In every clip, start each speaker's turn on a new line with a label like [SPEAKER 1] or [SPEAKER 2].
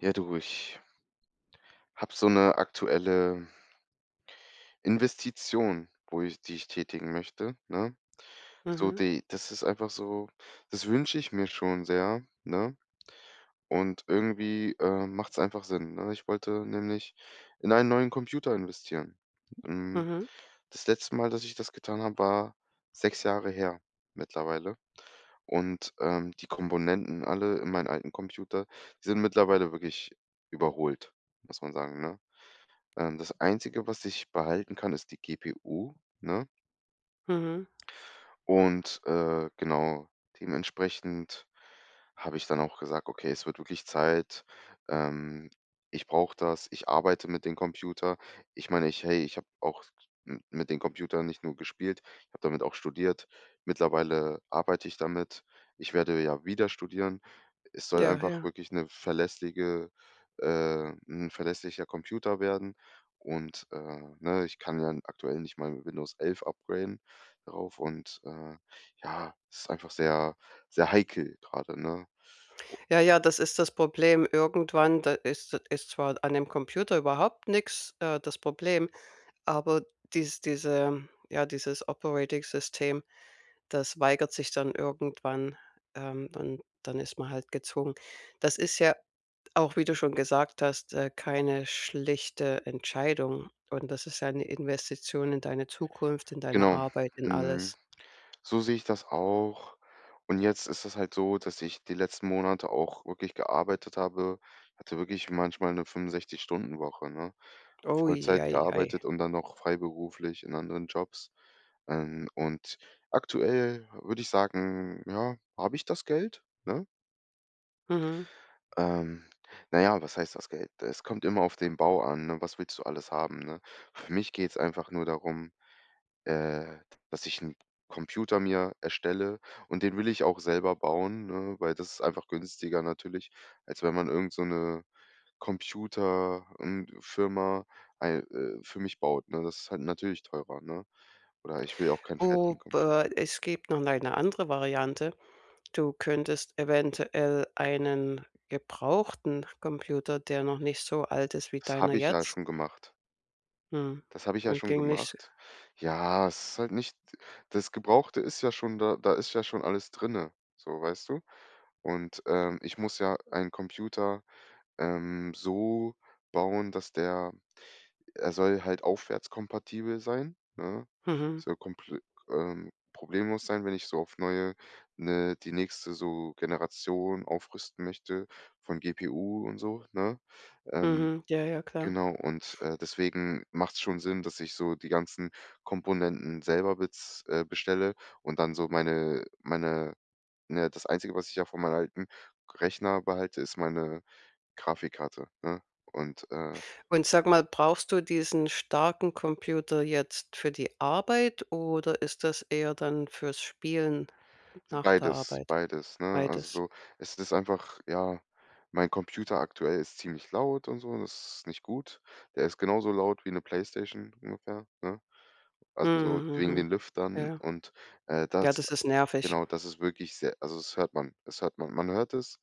[SPEAKER 1] Ja, du, ich habe so eine aktuelle Investition, wo ich die ich tätigen möchte, ne? So
[SPEAKER 2] Mhm,
[SPEAKER 1] die das ist einfach so, das wünsche ich mir schon sehr, ne? Und irgendwie, macht es einfach Sinn, ne? Ich wollte nämlich in einen neuen Computer investieren. Hm,
[SPEAKER 2] mhm,
[SPEAKER 1] Das letzte Mal, dass ich das getan habe, war 6 Jahre her mittlerweile. Und, die Komponenten alle in meinem alten Computer, die sind mittlerweile wirklich überholt, muss man sagen, ne? Das Einzige, was ich behalten kann, ist die GPU, ne?
[SPEAKER 2] mhm.
[SPEAKER 1] Und, genau, dementsprechend habe ich dann auch gesagt: „Okay, es wird wirklich Zeit. Ähm, Ich brauche das. Ich arbeite mit dem Computer." Ich meine, ich habe auch m mit dem Computer nicht nur gespielt, ich habe damit auch studiert. Mittlerweile arbeite ich damit. Ich werde ja wieder studieren, es soll
[SPEAKER 2] Ja,
[SPEAKER 1] einfach
[SPEAKER 2] ja.
[SPEAKER 1] wirklich 'ne verlässliche 'n verlässlicher Computer werden, und, ne, ich kann ja aktuell nicht mal Windows 11 upgraden darauf, und, ja, es ist einfach sehr, sehr heikel gerade, ne?
[SPEAKER 2] Ja, ja, das ist das Problem. Irgendwann, da ist zwar an dem Computer überhaupt nichts das Problem, aber dies diese ja, dieses Operating-System, das weigert sich dann irgendwann, und dann ist man halt gezwungen. Das ist ja auch, wie du schon gesagt hast, keine schlichte Entscheidung, und das ist ja eine Investition in deine Zukunft, in deine
[SPEAKER 1] Genau.
[SPEAKER 2] Arbeit, in alles.
[SPEAKER 1] Mhm. So sehe ich das auch. Und jetzt ist es halt so, dass ich die letzten Monate auch wirklich gearbeitet habe. Hatte wirklich manchmal eine 65- Stunden-Woche, ne?
[SPEAKER 2] Oh,
[SPEAKER 1] Vollzeit
[SPEAKER 2] ei, ei.
[SPEAKER 1] gearbeitet und dann noch freiberuflich in anderen Jobs. Und aktuell würde ich sagen, ja, habe ich das Geld, ne?
[SPEAKER 2] Mhm.
[SPEAKER 1] Ähm, na ja, was heißt das Geld? Es kommt immer auf den Bau an, ne? Was willst du alles haben, ne? Für mich geht es einfach nur darum, äh, dass ich einen Computer mir erstelle, und den will ich auch selber bauen, ne, weil das ist einfach günstiger natürlich, als wenn man irgend so 'ne Computer Firma ei für mich baut, ne? Das ist halt natürlich teurer, ne? Oder ich will auch keinen fertigen
[SPEAKER 2] Gut,
[SPEAKER 1] Computer.
[SPEAKER 2] es gibt noch eine andere Variante. Du könntest eventuell einen gebrauchten Computer, der noch nicht so alt ist wie
[SPEAKER 1] Das
[SPEAKER 2] deiner
[SPEAKER 1] habe ich ja
[SPEAKER 2] jetzt,
[SPEAKER 1] schon gemacht.
[SPEAKER 2] mhm,
[SPEAKER 1] Das habe ich ja
[SPEAKER 2] und
[SPEAKER 1] schon
[SPEAKER 2] ging nicht,
[SPEAKER 1] gemacht. Ja, es ist halt nicht, das Gebrauchte ist ja schon da, da ist ja schon alles drinne, so, weißt du? Und, ich muss ja einen Computer, so bauen, dass der — er soll halt aufwärtskompatibel sein, ne?
[SPEAKER 2] mhm,
[SPEAKER 1] Soll komple problemlos sein, wenn ich so auf neue 'ne die nächste so Generation aufrüsten möchte, von GPU und so, ne? Ähm,
[SPEAKER 2] mhm, ja, ja, klar.
[SPEAKER 1] genau, und, deswegen macht es schon Sinn, dass ich so die ganzen Komponenten selber bez bestelle, und dann so meine meine ne, das Einzige, was ich ja von meinem alten Rechner behalte, ist meine Grafikkarte, ne? Und, äh
[SPEAKER 2] Und sag mal, brauchst du diesen starken Computer jetzt für die Arbeit oder ist das eher dann fürs Spielen nach der
[SPEAKER 1] Beides,
[SPEAKER 2] Arbeit?
[SPEAKER 1] beides, ne? Also,
[SPEAKER 2] Beides.
[SPEAKER 1] so es ist einfach, ja, mein Computer aktuell ist ziemlich laut und so, das ist nicht gut. Der ist genauso laut wie eine Playstation ungefähr, ne? Also, so
[SPEAKER 2] Mhm,
[SPEAKER 1] wegen
[SPEAKER 2] mhm,
[SPEAKER 1] den Lüftern
[SPEAKER 2] ja.
[SPEAKER 1] und, das
[SPEAKER 2] Ja, das ist nervig.
[SPEAKER 1] genau, das ist wirklich sehr, also, das hört man. Das hört man. Man hört es,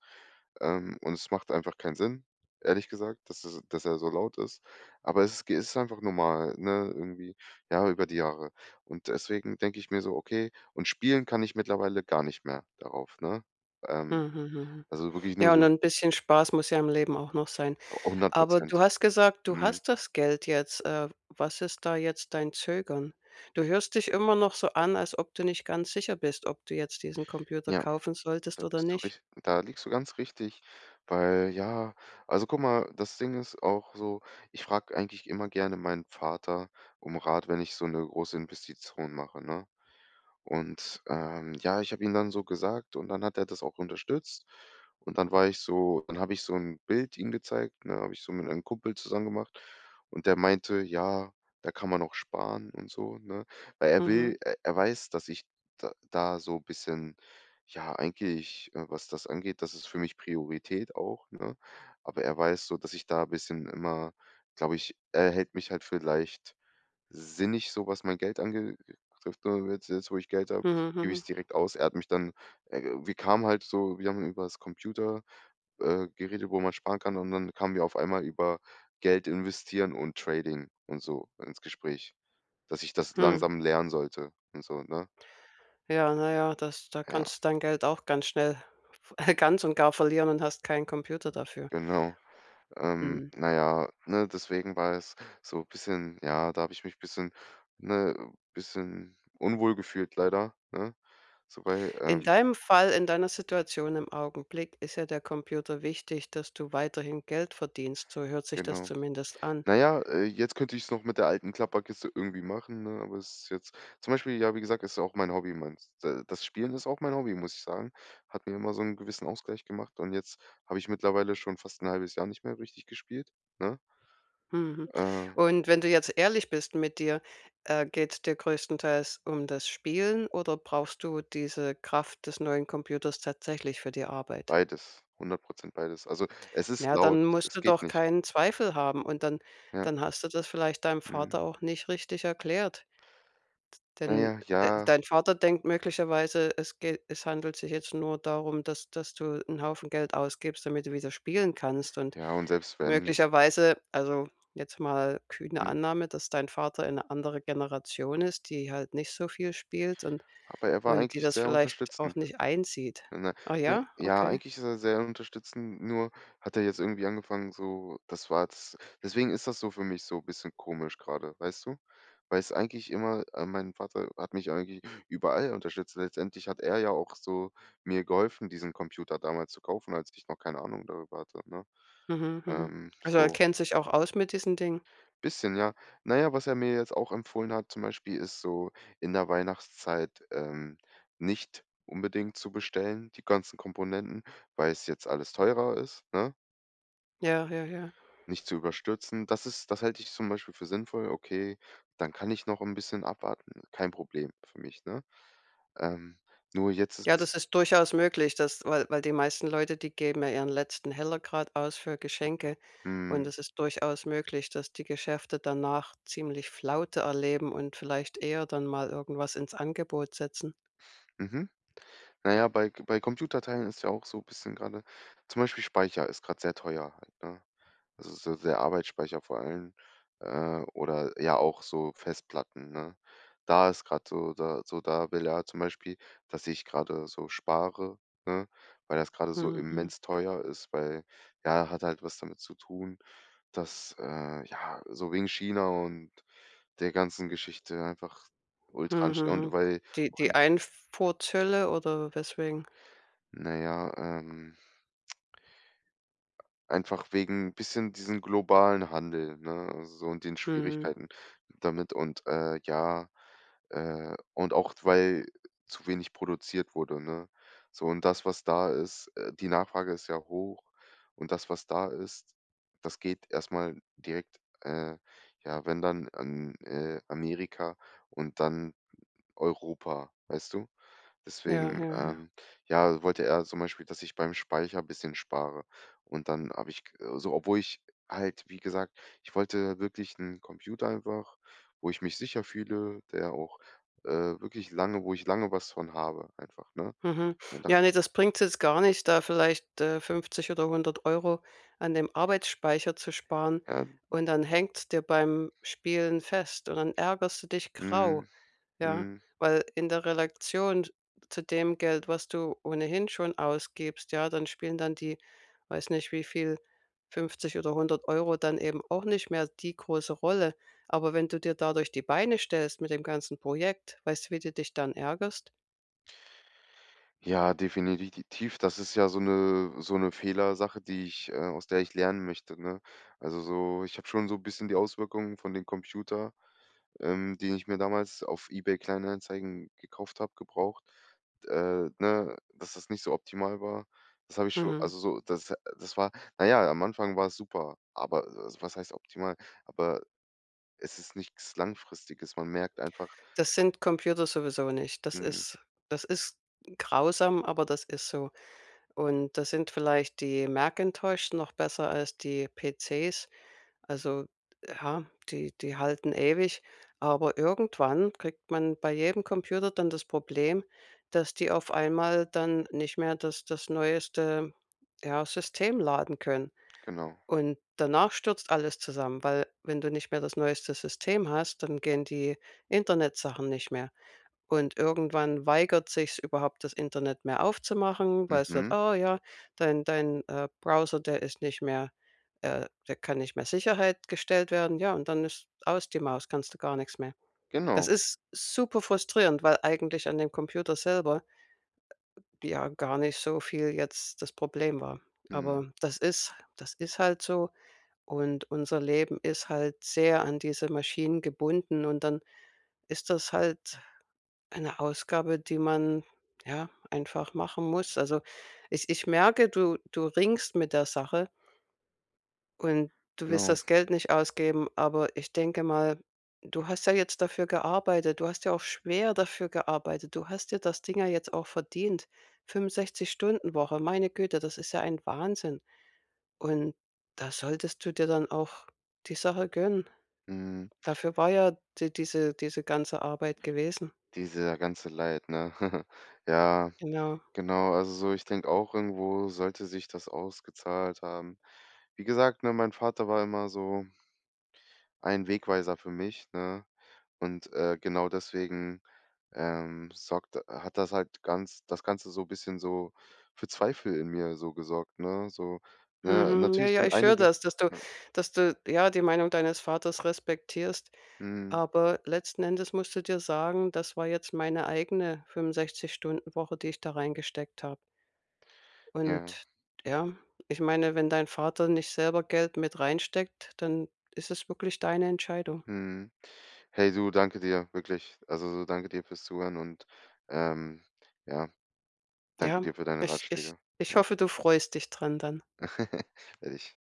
[SPEAKER 1] und es macht einfach keinen Sinn, ehrlich gesagt, dass er so laut ist. Aber es ist einfach normal, ne, irgendwie, ja, über die Jahre. Und deswegen denke ich mir so: „Okay", und spielen kann ich mittlerweile gar nicht mehr darauf, ne? Ähm,
[SPEAKER 2] Mhm, mhm, mhm.
[SPEAKER 1] also, wirklich nur
[SPEAKER 2] Ja, und
[SPEAKER 1] so
[SPEAKER 2] ein bisschen Spaß muss ja im Leben auch noch sein.
[SPEAKER 1] hundert
[SPEAKER 2] Aber du
[SPEAKER 1] Prozent
[SPEAKER 2] hast gesagt, du
[SPEAKER 1] Mhm,
[SPEAKER 2] hast das Geld jetzt. Was ist da jetzt dein Zögern? Du hörst dich immer noch so an, als ob du nicht ganz sicher bist, ob du jetzt diesen Computer
[SPEAKER 1] ja.
[SPEAKER 2] kaufen solltest
[SPEAKER 1] Da
[SPEAKER 2] oder
[SPEAKER 1] bist du
[SPEAKER 2] nicht.
[SPEAKER 1] rich da liegst du ganz richtig, weil ja, also guck mal, das Ding ist auch so, ich frage eigentlich immer gerne meinen Vater um Rat, wenn ich so eine große Investition mache, ne? Und, ja, ich habe ihm dann so gesagt, und dann hat er das auch unterstützt. Und dann war ich so, dann habe ich so ein Bild ihm gezeigt, ne, habe ich so mit einem Kumpel zusammen gemacht, und der meinte: „Ja, da kann man auch sparen und so", ne? Weil er
[SPEAKER 2] Mhm.
[SPEAKER 1] will er er weiß, dass ich da so ein bisschen, ja, eigentlich, was das angeht, das ist für mich Priorität auch, ne? Aber er weiß so, dass ich da ein bisschen immer, glaube ich, er hält mich halt für leicht sinnig, so was mein Geld angetrifft, ne? Jetzt, wo ich Geld habe,
[SPEAKER 2] Mhm,
[SPEAKER 1] gebe ich
[SPEAKER 2] mhm,
[SPEAKER 1] es direkt aus. Er hat mich dann, wir kamen halt so, wir haben übers Computer, geredet, wo man sparen kann, und dann kamen wir auf einmal über Geld investieren und Trading und so ins Gespräch, dass ich das
[SPEAKER 2] hm.
[SPEAKER 1] langsam lernen sollte und so, ne?
[SPEAKER 2] Ja, naja, das da
[SPEAKER 1] Ja,
[SPEAKER 2] kannst du dein Geld auch ganz schnell ganz und gar verlieren und hast keinen Computer dafür.
[SPEAKER 1] genau.
[SPEAKER 2] Hm.
[SPEAKER 1] Na ja, ne, deswegen war es so ein bisschen, ja, da habe ich mich ein bisschen, ne, bisschen unwohl gefühlt leider, ne? So, weil,
[SPEAKER 2] In deinem Fall, in deiner Situation im Augenblick ist ja der Computer wichtig, dass du weiterhin Geld verdienst. So hört sich das
[SPEAKER 1] genau.
[SPEAKER 2] zumindest an.
[SPEAKER 1] Na ja, jetzt könnte ich es noch mit der alten Klapperkiste irgendwie machen, ne, aber es ist jetzt, zum Beispiel, ja, wie gesagt, ist auch mein Hobby. Mein d Das Spielen ist auch mein Hobby, muss ich sagen. Hat mir immer so einen gewissen Ausgleich gemacht, und jetzt habe ich mittlerweile schon fast ein halbes Jahr nicht mehr richtig gespielt, ne?
[SPEAKER 2] Mhm.
[SPEAKER 1] Äh,
[SPEAKER 2] Und wenn du jetzt ehrlich bist mit dir, geht's dir größtenteils um das Spielen oder brauchst du diese Kraft des neuen Computers tatsächlich für die Arbeit?
[SPEAKER 1] Beides, 100 beides. Also, es ist
[SPEAKER 2] Ja,
[SPEAKER 1] laut,
[SPEAKER 2] dann musst
[SPEAKER 1] es
[SPEAKER 2] du
[SPEAKER 1] geht
[SPEAKER 2] doch
[SPEAKER 1] nicht.
[SPEAKER 2] keinen Zweifel haben, und dann
[SPEAKER 1] Ja,
[SPEAKER 2] hast du das vielleicht deinem
[SPEAKER 1] mhm.
[SPEAKER 2] Vater auch nicht richtig erklärt.
[SPEAKER 1] Na
[SPEAKER 2] Denn,
[SPEAKER 1] ja, ja,
[SPEAKER 2] dein Vater denkt möglicherweise, es handelt sich jetzt nur darum, dass du einen Haufen Geld ausgibst, damit du wieder spielen kannst, und
[SPEAKER 1] ja, und selbst wenn,
[SPEAKER 2] möglicherweise also, jetzt mal kühne
[SPEAKER 1] mhm.
[SPEAKER 2] Annahme, dass dein Vater in 'ne andere Generation ist, die halt nicht so viel spielt, und
[SPEAKER 1] Aber er war
[SPEAKER 2] und die
[SPEAKER 1] eigentlich
[SPEAKER 2] das
[SPEAKER 1] sehr
[SPEAKER 2] vielleicht auch
[SPEAKER 1] unterstützend.
[SPEAKER 2] nicht einsieht.
[SPEAKER 1] Ne,
[SPEAKER 2] Ah
[SPEAKER 1] ne,
[SPEAKER 2] ja?
[SPEAKER 1] ja,
[SPEAKER 2] Okay.
[SPEAKER 1] eigentlich ist er sehr unterstützend, nur hat er jetzt irgendwie angefangen, so das war jetzt, deswegen ist das so für mich so ein bisschen komisch gerade, weißt du? Weil es eigentlich immer, mein Vater hat mich eigentlich überall unterstützt. Letztendlich hat er ja auch so mir geholfen, diesen Computer damals zu kaufen, als ich noch keine Ahnung darüber hatte, ne?
[SPEAKER 2] Mhm, mhm. Also, er
[SPEAKER 1] So
[SPEAKER 2] kennt sich auch aus mit diesen Dingen.
[SPEAKER 1] bisschen, ja. Naja, was er mir jetzt auch empfohlen hat, zum Beispiel, ist so in der Weihnachtszeit, nicht unbedingt zu bestellen, die ganzen Komponenten, weil es jetzt alles teurer ist, ne?
[SPEAKER 2] Ja, ja, ja.
[SPEAKER 1] Nicht zu überstürzen. Das ist, das halte ich zum Beispiel für sinnvoll. Okay, dann kann ich noch ein bisschen abwarten. Kein Problem für mich, ne? Ähm, Nur jetzt ist
[SPEAKER 2] Ja, das
[SPEAKER 1] es,
[SPEAKER 2] ist durchaus möglich, dass weil die meisten Leute, die geben ja ihren letzten Heller grad aus für Geschenke, und
[SPEAKER 1] mhm.
[SPEAKER 2] es ist durchaus möglich, dass die Geschäfte danach ziemlich Flaute erleben und vielleicht eher dann mal irgendwas ins Angebot setzen.
[SPEAKER 1] Mhm. Na ja, bei Computerteilen ist ja auch so ein bisschen gerade, zum Beispiel Speicher ist gerade sehr teuer halt, ne? Also, so der Arbeitsspeicher vor allem, oder ja auch so Festplatten, ne? Da ist gerade so, da will er zum Beispiel, dass ich gerade so spare, ne, weil das gerade so
[SPEAKER 2] Mhm. Mhm.
[SPEAKER 1] immens teuer ist, weil ja, hat halt was damit zu tun, dass, ja, so wegen China und der ganzen Geschichte einfach ultra
[SPEAKER 2] Mhm,
[SPEAKER 1] anst und
[SPEAKER 2] mhm.
[SPEAKER 1] weil
[SPEAKER 2] Die
[SPEAKER 1] auch,
[SPEAKER 2] die Einfuhrzölle oder weswegen?
[SPEAKER 1] na ja, einfach wegen bisschen diesen globalen Handel, ne, also so, und den
[SPEAKER 2] Mhm.
[SPEAKER 1] Schwierigkeiten damit, und, ja, und auch, weil zu wenig produziert wurde, ne? So, und das, was da ist, die Nachfrage ist ja hoch, und das, was da ist, das geht erst mal direkt, ja, wenn dann, an, Amerika, und dann Europa, weißt du?
[SPEAKER 2] Ja,
[SPEAKER 1] Deswegen,
[SPEAKER 2] ja, ja.
[SPEAKER 1] ja, wollte er zum Beispiel, dass ich beim Speicher ein bisschen spare. Und dann habe ich g so, obwohl ich halt, wie gesagt, ich wollte wirklich einen Computer einfach, wo ich mich sicher fühle, der auch, wirklich lange, wo ich lange was von habe einfach, ne?
[SPEAKER 2] Mhm.
[SPEAKER 1] Dann dachte
[SPEAKER 2] Ja, nee, das bringt's jetzt gar nicht, da vielleicht, 50 oder 100 € an dem Arbeitsspeicher zu sparen,
[SPEAKER 1] ich mir:
[SPEAKER 2] und dann hängt's dir beim Spielen fest und dann ärgerst du dich grau.
[SPEAKER 1] „Hm,
[SPEAKER 2] Ja,
[SPEAKER 1] hm,
[SPEAKER 2] weil in der Relation zu dem Geld, was du ohnehin schon ausgibst, ja, dann spielen dann die, weiß nicht wie viel, 50 oder 100 € dann eben auch nicht mehr die große Rolle. Aber wenn du dir dadurch die Beine stellst mit dem ganzen Projekt, weißt du, wie du dich dann ärgerst?
[SPEAKER 1] ja, definitiv, das ist ja so eine, so 'ne Fehlersache, die ich, aus der ich lernen möchte", ne? Also so, ich habe schon so ein bisschen die Auswirkungen von dem Computer, den ich mir damals auf eBay Kleinanzeigen gekauft habe, gebraucht, ne, dass das nicht so optimal war. Das habe ich schon,
[SPEAKER 2] Mhm.
[SPEAKER 1] also so, das war, naja, am Anfang war es super, aber, also, was heißt optimal? Aber es ist nichts Langfristiges. Man merkt einfach,
[SPEAKER 2] Das sind Computer sowieso nicht. Das
[SPEAKER 1] mhm,
[SPEAKER 2] ist das ist grausam, aber das ist so. Und das sind vielleicht die Macintosh noch besser als die PCs. Also, ja, die halten ewig, aber irgendwann kriegt man bei jedem Computer dann das Problem, dass die auf einmal dann nicht mehr das neueste, ja, System laden können.
[SPEAKER 1] genau.
[SPEAKER 2] Und danach stürzt alles zusammen, weil wenn du nicht mehr das neueste System hast, dann gehen die Internetsachen nicht mehr. Und irgendwann weigert sich's überhaupt, das Internet mehr aufzumachen, weil es sagt:
[SPEAKER 1] Mhm,
[SPEAKER 2] „Oh ja, dein Browser, der ist nicht mehr, der kann nicht mehr Sicherheit gestellt werden.“ Ja, und dann ist aus die Maus, kannst du gar nichts mehr. Das
[SPEAKER 1] genau.
[SPEAKER 2] ist super frustrierend, weil eigentlich an dem Computer selber ja gar nicht so viel jetzt das Problem war.
[SPEAKER 1] Mhm,
[SPEAKER 2] Aber das ist halt so, und unser Leben ist halt sehr an diese Maschinen gebunden, und dann ist das halt eine Ausgabe, die man, ja, einfach machen muss. Also, ich merke, du ringst mit der Sache, und du willst
[SPEAKER 1] genau.
[SPEAKER 2] das Geld nicht ausgeben, aber ich denke mal, du hast ja jetzt dafür gearbeitet. Du hast ja auch schwer dafür gearbeitet. Du hast dir das Ding ja jetzt auch verdient. 65-Stunden-Woche, meine Güte, das ist ja ein Wahnsinn. Und da solltest du dir dann auch die Sache gönnen.
[SPEAKER 1] Mhm,
[SPEAKER 2] Dafür war ja diese ganze Arbeit gewesen.
[SPEAKER 1] Dieser ganze Leid, ne? Ja,
[SPEAKER 2] Genau.
[SPEAKER 1] genau. Also so, ich denke auch, irgendwo sollte sich das ausgezahlt haben. Wie gesagt, ne, mein Vater war immer so ein Wegweiser für mich, ne? Und, genau deswegen, sorgt hat das halt ganz das Ganze so ein bisschen so für Zweifel in mir so gesorgt, ne? So, ne?
[SPEAKER 2] Mhm. Ja,
[SPEAKER 1] Natürlich
[SPEAKER 2] ja,
[SPEAKER 1] sind
[SPEAKER 2] ich höre
[SPEAKER 1] einige,
[SPEAKER 2] das, dass du,
[SPEAKER 1] ja,
[SPEAKER 2] ja, die Meinung deines Vaters respektierst.
[SPEAKER 1] mhm,
[SPEAKER 2] Aber letzten Endes musst du dir sagen, das war jetzt meine eigene 65-Stunden-Woche die ich da reingesteckt habe.
[SPEAKER 1] ja,
[SPEAKER 2] Und ja, ich meine, wenn dein Vater nicht selber Geld mit reinsteckt, dann ist es wirklich deine Entscheidung.
[SPEAKER 1] mhm. Hey du, danke dir, wirklich. Also, so danke dir fürs Zuhören, und, ähm, ja, danke
[SPEAKER 2] Ja,
[SPEAKER 1] dir für deine
[SPEAKER 2] ich ich
[SPEAKER 1] Ratschläge.
[SPEAKER 2] ich
[SPEAKER 1] Ja.
[SPEAKER 2] hoffe, du freust dich dran dann.
[SPEAKER 1] Werde ich